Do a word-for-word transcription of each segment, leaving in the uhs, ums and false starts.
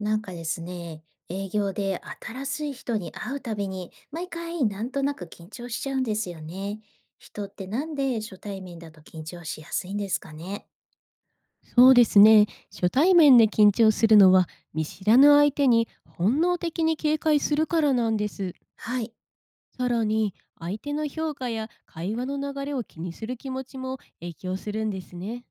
なんかですね、営業で新しい人に会うたびに、毎回なんとなく緊張しちゃうんですよね。人ってなんで初対面だと緊張しやすいんですかね。そうですね。初対面で緊張するのは見知らぬ相手に本能的に警戒するからなんです。はい。さらに、相手の評価や会話の流れを気にする気持ちも影響するんですね。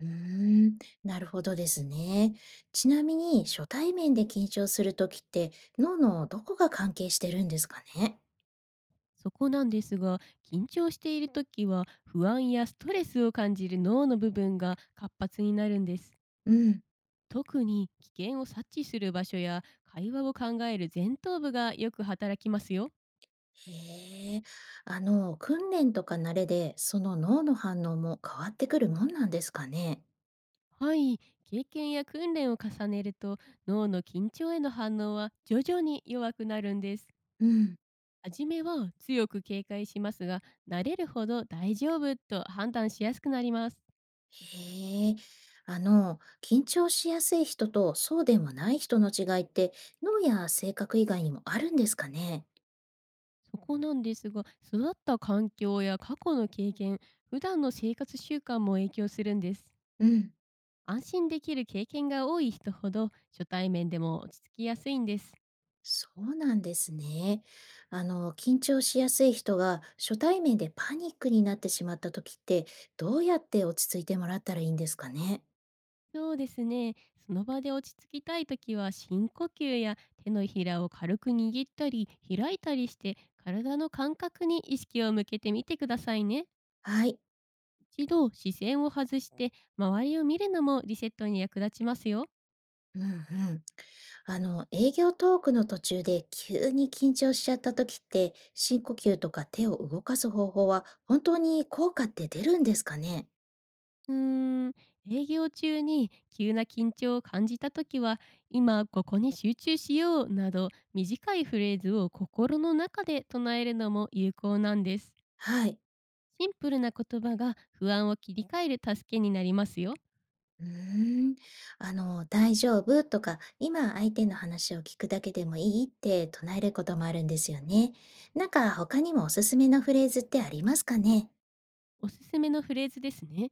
うーん、なるほどですね。ちなみに初対面で緊張するときって脳のどこが関係してるんですかね。そこなんですが、緊張している時は不安やストレスを感じる脳の部分が活発になるんです。うん。特に危険を察知する場所や会話を考える前頭部がよく働きますよ。へえ。あの、訓練とか慣れでその脳の反応も変わってくるもんなんですかね。はい、経験や訓練を重ねると脳の緊張への反応は徐々に弱くなるんです。うん。初めは強く警戒しますが、慣れるほど大丈夫と判断しやすくなります。へえ、あの、緊張しやすい人とそうでもない人の違いって、脳や性格以外にもあるんですかね。そこなんですが、育った環境や過去の経験、普段の生活習慣も影響するんです。うん、安心できる経験が多い人ほど初対面でも落ち着きやすいんです。そうなんですね。あの、緊張しやすい人が初対面でパニックになってしまった時って、どうやって落ち着いてもらったらいいんですかね。そうですね。その場で落ち着きたいときは深呼吸や手のひらを軽く握ったり開いたりして、体の感覚に意識を向けてみてくださいね。はい。一度視線を外して周りを見るのもリセットに役立ちますよ。うんうん。あの、営業トークの途中で急に緊張しちゃった時って、深呼吸とか手を動かす方法は本当に効果って出るんですかね。うーん、営業中に急な緊張を感じたときは、今ここに集中しようなど、短いフレーズを心の中で唱えるのも有効なんです。はい。シンプルな言葉が不安を切り替える助けになりますよ。うーん。あの、大丈夫とか、今相手の話を聞くだけでもいいって唱えることもあるんですよね。なんか他にもおすすめのフレーズってありますかね。おすすめのフレーズですね。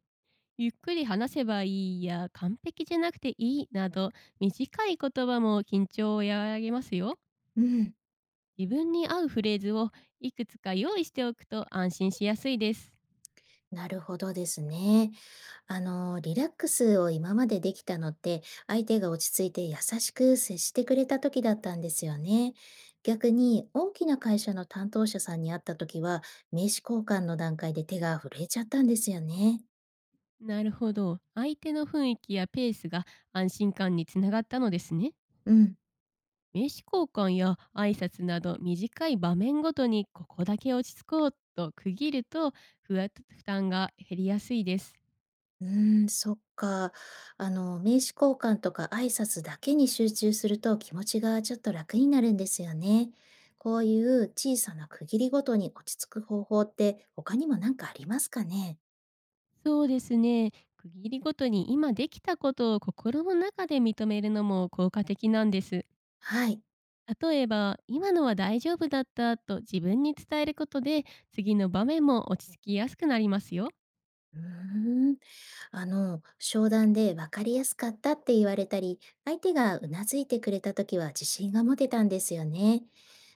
ゆっくり話せばいいや完璧じゃなくていいなど、短い言葉も緊張を和らげますよ。うん。自分に合うフレーズをいくつか用意しておくと安心しやすいです。なるほどですね。あの、リラックスを今までできたのって、相手が落ち着いて優しく接してくれた時だったんですよね。逆に、大きな会社の担当者さんに会った時は、名刺交換の段階で手が震えちゃったんですよね。なるほど。相手の雰囲気やペースが安心感につながったのですね。うん。名刺交換や挨拶など短い場面ごとに、ここだけ落ち着こうと区切ると、ふわ負担が減りやすいです。うーん、そっか。あの、名刺交換とか挨拶だけに集中すると気持ちがちょっと楽になるんですよね。こういう小さな区切りごとに落ち着く方法って他にも何かありますかね。そうですね。区切りごとに今できたことを心の中で認めるのも効果的なんです。はい。例えば今のは大丈夫だったと自分に伝えることで、次の場面も落ち着きやすくなりますよ。うーん。あの、商談で分かりやすかったって言われたり、相手がうなずいてくれた時は自信が持てたんですよね。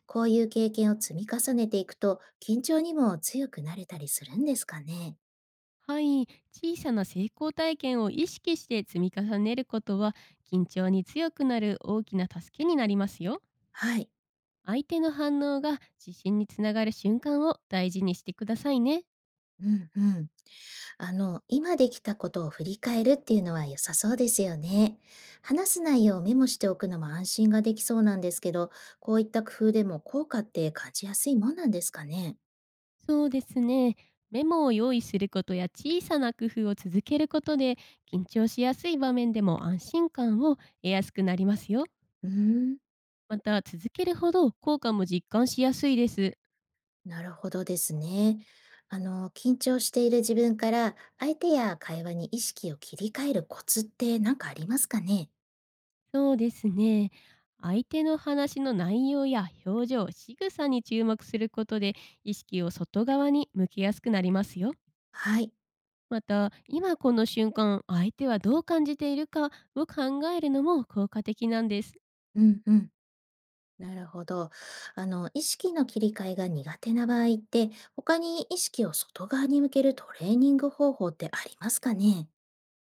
こういう経験を積み重ねていくと、緊張にも強くなれたりするんですかね。はい、小さな成功体験を意識して積み重ねることは、緊張に強くなる大きな助けになりますよ。はい。相手の反応が自信につながる瞬間を大事にしてくださいね。うんうん。あの、今できたことを振り返るっていうのは良さそうですよね。話す内容をメモしておくのも安心ができそうなんですけど、こういった工夫でも効果って感じやすいもんなんですかね。そうですね。メモを用意することや小さな工夫を続けることで、緊張しやすい場面でも安心感を得やすくなりますよ。うーん。また、続けるほど効果も実感しやすいです。なるほどですね。あの、緊張している自分から相手や会話に意識を切り替えるコツって何かありますかね。そうですね。相手の話の内容や表情、仕草に注目することで、意識を外側に向けやすくなりますよ。はい。また、今この瞬間、相手はどう感じているかを考えるのも効果的なんです。うんうん。なるほど。あの、意識の切り替えが苦手な場合って、他に意識を外側に向けるトレーニング方法ってありますかね。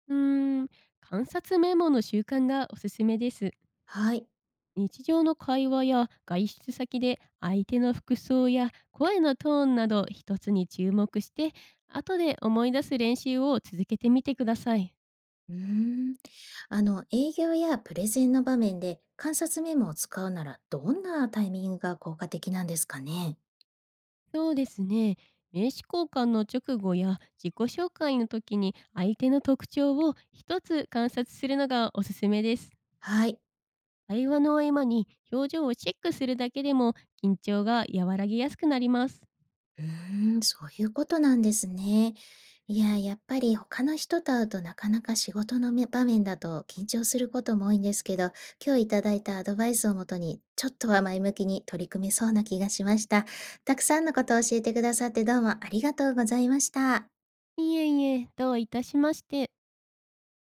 うーん、観察メモの習慣がおすすめです。はい。日常の会話や外出先で相手の服装や声のトーンなど一つに注目して、後で思い出す練習を続けてみてください。うーん。あの、営業やプレゼンの場面で観察メモを使うならどんなタイミングが効果的なんですかね。そうですね。名刺交換の直後や自己紹介の時に相手の特徴を一つ観察するのがおすすめです。はい。会話の合間に表情をチェックするだけでも緊張が和らぎやすくなります。うーん、そういうことなんですね。いや、やっぱり他の人と会うとなかなか仕事のめ場面だと緊張することも多いんですけど、今日いただいたアドバイスをもとに、ちょっとは前向きに取り組めそうな気がしました。たくさんのことを教えてくださってどうもありがとうございました。いえいえ、どういたしまして。